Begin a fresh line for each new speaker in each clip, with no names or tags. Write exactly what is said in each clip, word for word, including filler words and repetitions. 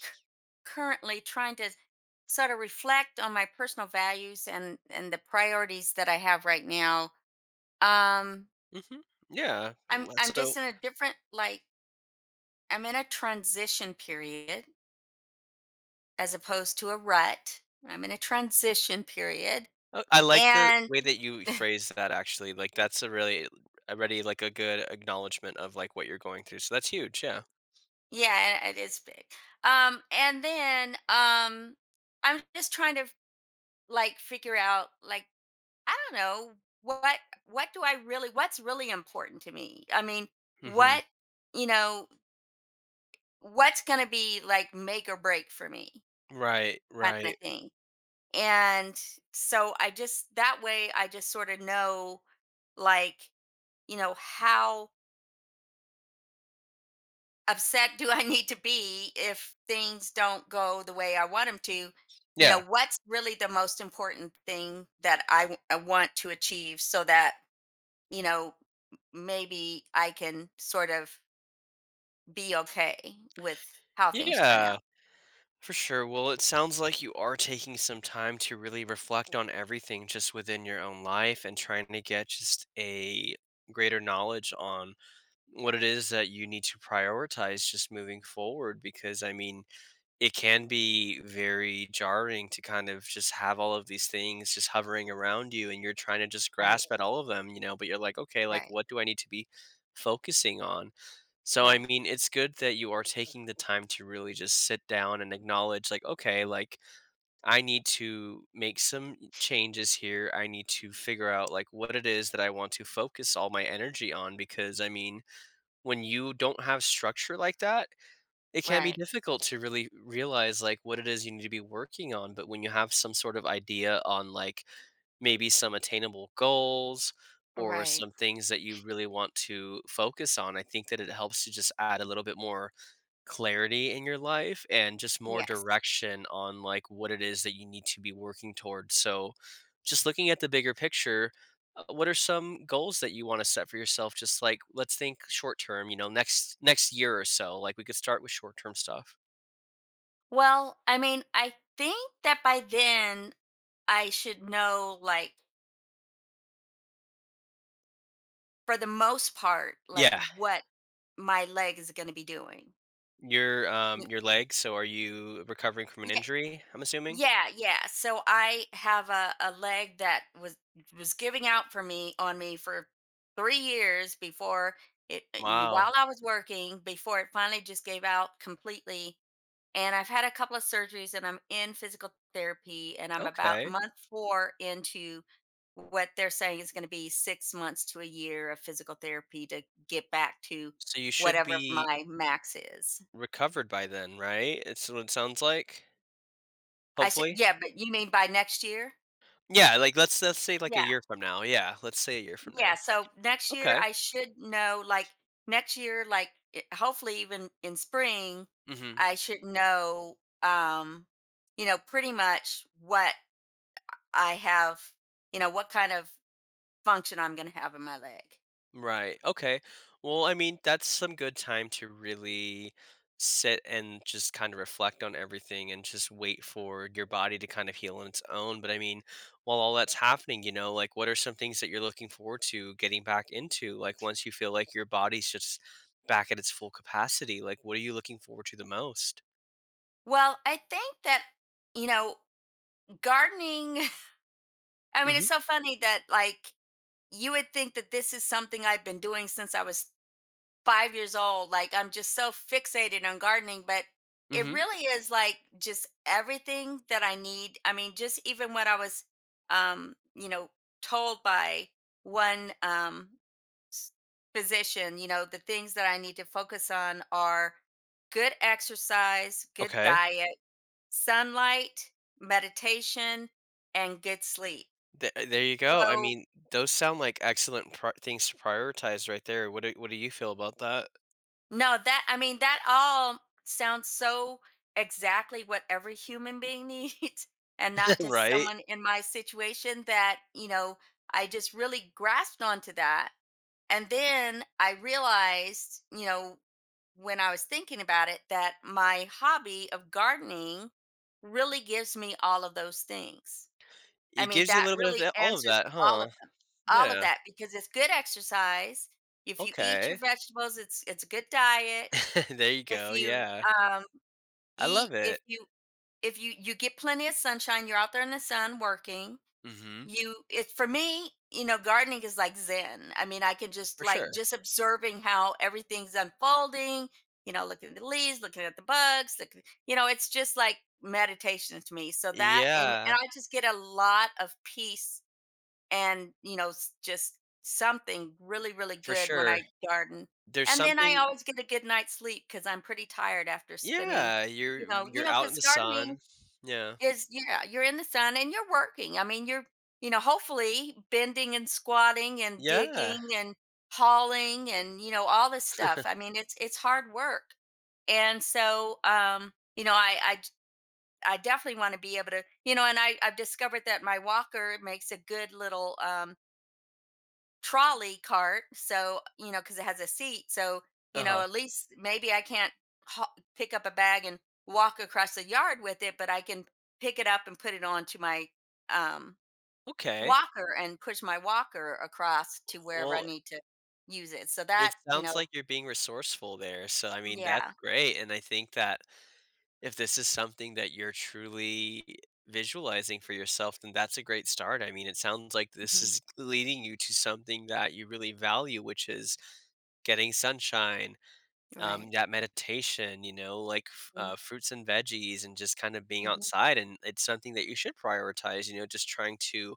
c- Currently trying to sort of reflect on my personal values and and the priorities that I have right now. Um
Mhm. Yeah.
I'm
Well,
I'm
so
just in a different like I'm in a transition period as opposed to a rut. I'm in a transition period
I I like the
and
way that you phrase that actually. Like that's a really already like a good acknowledgement of like what you're going through. So that's huge. Yeah.
yeah, it is big. Um and then um I'm just trying to like figure out like I don't know what what do I really what's really important to me? I mean,
hmm
what, you know, what's going to be like make or break for me
Right.
kind
Right.
of thing. And so I just that way I just sort of know, like, you know, how upset do I need to be if things don't go the way I want them to? You
Yeah.
know, what's really the most important thing that I, w- I want to achieve so that, you know, maybe I can sort of be okay with how things turn
Yeah.
out.
For sure. Well, it sounds like you are taking some time to really reflect on everything just within your own life and trying to get just a greater knowledge on what it is that you need to prioritize just moving forward. Because I mean, it can be very jarring to kind of just have all of these things just hovering around you and you're trying to just
Right,
grasp at all of them, you know, but you're like, okay, like
right,
what do I need to be focusing on? So I
right,
mean, it's good that you are taking the time to really just sit down and acknowledge like, okay, like I need to make some changes here. I need to figure out like what it is that I want to focus all my energy on because I mean, when you don't have structure like that, it can be
right,
difficult to really realize, like, what it is you need to be working on, but when you have some sort of idea on, like, maybe some attainable goals or
right.
some things that you really want to focus on, I think that it helps to just add a little bit more clarity in your life and just more
Yes.
direction on like what it is that you need to be working towards. So, just looking at the bigger picture, uh, what are some goals that you want to set for yourself? Just like let's think short term, you know, next next year or so. Like we could start with short term stuff.
Well, I mean, I think that by then I should know, like, for the most part, like
Yeah,
what my leg is going to be doing.
your um your leg. So are you recovering from an
Y-
injury? I'm assuming.
Yeah, yeah. So I have a, a leg that was was giving out for me on me for three years before it, and
Wow.
while I was working before it finally just gave out completely. And I've had a couple of surgeries, and I'm in physical therapy, and I'm about
Okay.
month four into what they're saying is going to be six months to a year of physical therapy to get back to
So you should
whatever
be
my max is.
recovered by then, right? It's what it sounds like.
I should,
Hopefully.
yeah, but you mean by next year?
Yeah, like, let's let's say, like, a
Yeah.
year from now. Yeah, let's say a year from
Yeah,
now.
so next year
Okay.
I should know, like next year, like it- hopefully even in spring,
Mhm.
I should know, um, you know, pretty much what I have, you know, what kind of function I'm going to have in my leg.
Right, okay. Well, I mean, that's some good time to really sit and just kinda reflect on everything and just wait for your body to kind of heal on its own, but, I mean, while all that's happening, you know, like, what are some things that you're looking forward to getting back into? Like, once you feel like your body's just back at its full capacity, like, what are you looking forward to the most?
Well, I think that, you know, gardening, I mean,
Mhm,
it's so funny that like you would think that this is something I've been doing since I was five years old. Like, I'm just so fixated on gardening, but it
mhm.
really is, like, just everything that I need. I mean, just even what I was, um, you know, told by one, um, s physician, you know, the things that I need to focus on are good exercise, good
Okay.
diet, sunlight, meditation, and good sleep.
Th There you go. I
So
mean, those sound like excellent pri things to prioritize right there. What do what do you feel about that?
no, that, I mean, that all sounds so exactly what every human being needs, and not just
Right?
someone in my situation. That, you know, I just really grasped onto that. And then I realized, you know, when I was thinking about it, that my hobby of gardening really gives me all of those things. I
It
mean,
gives you a
that
little bit of
really
that, all of
answers
that,
all
huh?
of them, all of
Yeah.
that, because it's good exercise. If you eat your
Okay.
vegetables, it's it's a good diet.
There you
If
go,
you
yeah.
um,
I
eat,
love
if
it.
you if you you get plenty of sunshine, you're out there in the sun working.
Mhm.
You It's for me, you know, gardening is like zen. I mean, I can just
For
like
sure.
just observing how everything's unfolding. You know, looking at the leaves, looking at the bugs. Looking, you know, it's just like meditation to me. So that, and and
Yeah,
I just get a lot of peace and you know s- just something really really
for
good when I
sure.
garden.
There's
And then I
something.
always get a good night's sleep because I'm pretty tired after spinning,
Yeah, you're
you know you
you're
know
out in
because
the
gardening
sun. Yeah.
is, yeah, you're in the sun and you're working. I mean, you're, you know hopefully bending and squatting and
Yeah.
digging and hauling and, you know, all this stuff. I mean, it's it's hard work. And so um you know i i j- I definitely want to be able to, you know, and I, I've discovered that my walker makes a good little um, trolley cart, so you know because it has a seat, so you know
Uh-huh.
at least maybe I can't ha- pick up a bag and walk across the yard with it, but I can pick it up and put it onto my um,
Okay.
walker and push my walker across to wherever I
Well,
need to use it, so that,
it
you
sounds
know.
like you're being resourceful there, so, I mean, that's
Yeah.
great, and I think that if this is something that you're truly visualizing for yourself, then that's a great start. I mean, it sounds like this
Mhm,
is leading you to something that you really value, which is getting sunshine, um,
right.
that meditation, you know, like f-
Mhm,
uh, fruits and veggies and just kind of being
mhm.
outside. And it's something that you should prioritize, you know, just trying to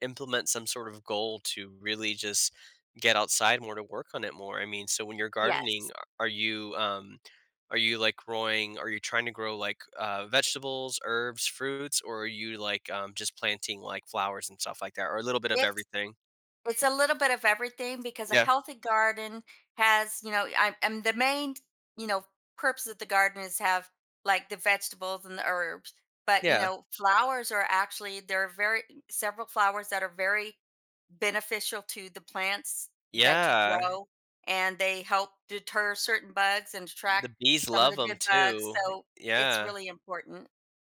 implement some sort of goal to really just get outside more to work on it more. I mean, so when you're gardening,
Yes.
a- are you um are you like growing, are you trying to grow like uh vegetables, herbs, fruits, or are you like um just planting like flowers and stuff like that, or a little bit of everything?
It's a little bit of everything, because a
Yeah.
healthy garden has, you know, I, I'm the main, you know, purpose of the garden is have like the vegetables and the herbs, but, you
Yeah.
know, flowers are actually there are very several flowers that are very beneficial to the plants that you
Yeah.
grow, and they help deter certain bugs and
The
attract
bees
some of
love
the
them
good bugs.
too.
So it's
Yeah.
really important.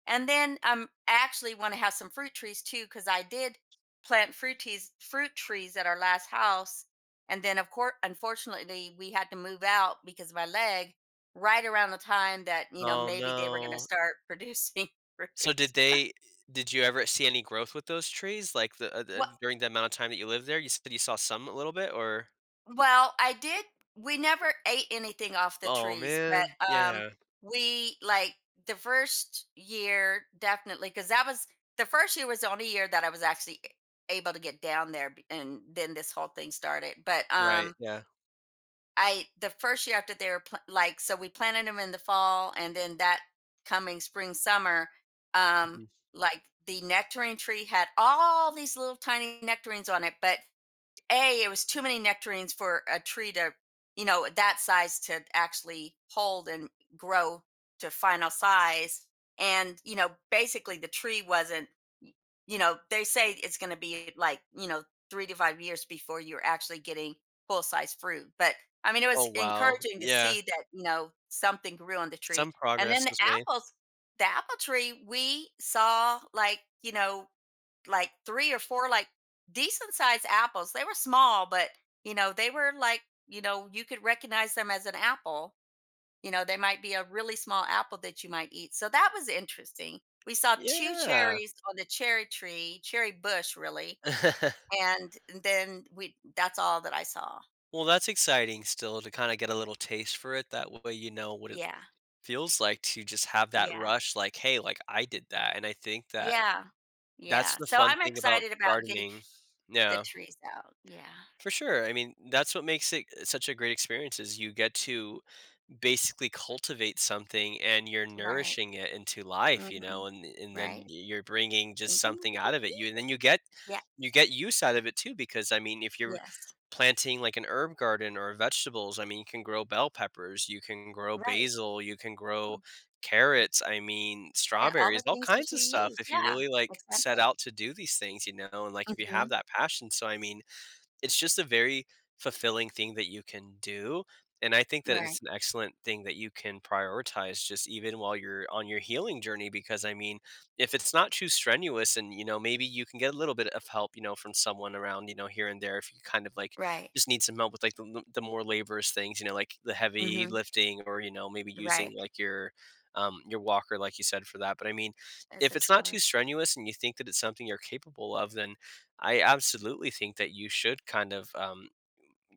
And then um, I actually want to have some fruit trees too, because I did plant fruit trees fruit trees at our last house, and then of course unfortunately we had to move out because of my leg right around the time that, you know
Oh
maybe they were going to
no.
start producing fruit.
So did they did you ever see any growth with those trees like the, uh,
Well,
the during the amount of time that you lived there? You said you saw some a little bit or.
well I did, we never ate anything off the
Oh,
trees, but
man.
um,
Yeah.
we like the first year definitely, because that was the first year was the only year that I was actually able to get down there, b- and then this whole thing started, but
Right,
um,
yeah.
I the first year after they were pl- like so we planted them in the fall, and then that coming spring summer, um
Mhm.
like the nectarine tree had all these little tiny nectarines on it, but a, it was too many nectarines for a tree to, you know, that size to actually hold and grow to final size. And, you know, basically the tree wasn't, you know, they say it's going to be like, you know, three to five years before you're actually getting full size fruit. But I mean, it was
Oh, wow.
encouraging to
Yeah.
see that, you know, something grew on the tree.
Some
And then
progress
the
was made.
apples, the apple tree, we saw like, you know, like three or four like decent sized apples. They were small, but, you know, they were like, you know, you could recognize them as an apple. You know, they might be a really small apple that you might eat. So that was interesting. We saw two
Yeah.
cherries on the cherry tree, cherry bush really, and then we that's all that I saw.
Well, that's exciting still to kinda get a little taste for it, that way you know what it
Yeah.
feels like to just have that
Yeah.
rush, like, "Hey, like, I did that," and I think that
Yeah.
that's
Yeah.
the
So
fun
I'm
thing about
excited about getting
gardening.
the
Yeah,
trees out. Yeah.
for sure, I mean, that's what makes it such a great experience, is you get to basically cultivate something and you're
Right.
nourishing it into life, you know,
Mhm.
and and then
Right.
you're bringing
And
just
then you
something
get to
out of it, you,
eat
and
it.
then you get,
Yeah.
you get use out of it too, because I mean, if you're
Yes.
planting like an herb garden or vegetables, I mean, you can grow bell peppers, you can grow
Right.
basil, you can grow carrots, I mean
Yeah, all the
strawberries, all
things that
kinds of
you
stuff
use.
if you
Yeah,
really like set
exactly.
out to do these things, you know, and like if you have
Mhm.
that passion, so I mean, it's just a very fulfilling thing that you can do, and I think that
Right,
it's an excellent thing that you can prioritize just even while you're on your healing journey, because, I mean, if it's not too strenuous and, you know, maybe you can get a little bit of help, you know, from someone around, you know, here and there if you kind of, like,
right.
just need some help with, like, the l the more laborious things, you know, like the heavy
Mhm.
lifting, or, you know, maybe using,
Right.
like, your, um, your walker, like you said, for that, but, I mean,
As
if
a
it's not too
trolley.
strenuous and you think that it's something you're capable of, then I absolutely think that you should kind of um,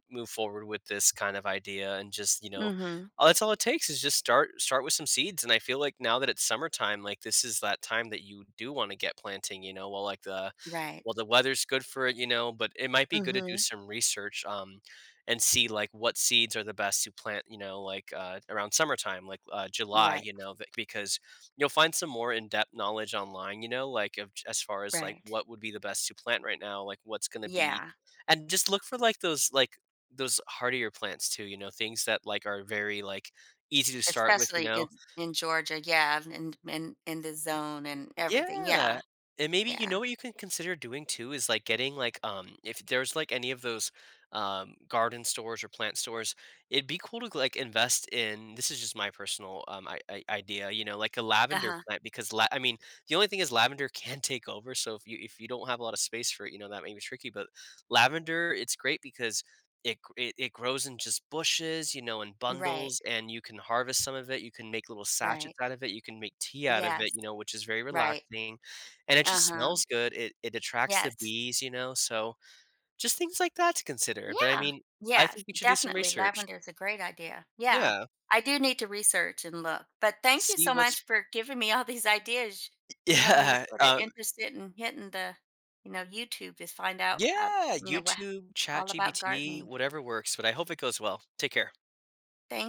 move forward with this kind of idea, and just you know,
Mhm.
uh, that's all it takes is just start start with some seeds, and I feel like now that it's summertime, like this is that time that you do want to get planting, you know, while like the,
Right.
well, the weather's good for it, you know, but it might be good to do
Mhm.
some research um and see like what seeds are the best to plant, you know, like uh, around summertime like uh, July,
Right,
you know th- because you'll find some more in-depth knowledge online, you know, like of, as far as like
right.
what would be the best to plant right now, like what's going to be,
Yeah,
and just look for like those, like those hardier plants too, you know, things that, like, are very, like, easy to start with, you
especially
know?
in in Georgia, yeah, and in in the zone and everything.
Yeah,
Yeah,
and maybe you
yeah.
know what you can consider doing too is, like, getting, like, um, if there's, like, any of those, um, garden stores or plant stores, it'd be cool to, like, invest in, this is just my personal, um, I I idea, you know, like a lavender
Uh-huh.
plant, because la I mean, the only thing is lavender can take over, so if you, if you don't have a lot of space for it, you know, that may be tricky, but lavender, it's great because It gr it it grows in just bushes, you know, in
Right,
bundles, and you can harvest some of it, you can make little sachets
right.
out of it, you can make tea out of it,
Yes,
you know, which is very
right.
relaxing, and it just
Uh-huh.
smells good, it it attracts the
Yes.
bees, you know, so just things like that to consider, but I
Yeah.
mean, I
Yes,
think you should do some
definitely.
research.
Lavender is a great idea. Yeah.
Yeah,
I do need to research and look. But thank you
see
so
what's.
much for giving me all these ideas. You have me
Yeah,
sort of
um.
interested in hitting the, you know, YouTube to find out how,
Yeah,
you know, what
YouTube,
all about
ChatGPT,
gardening.
whatever works, but I hope it goes well. Take care.
Thank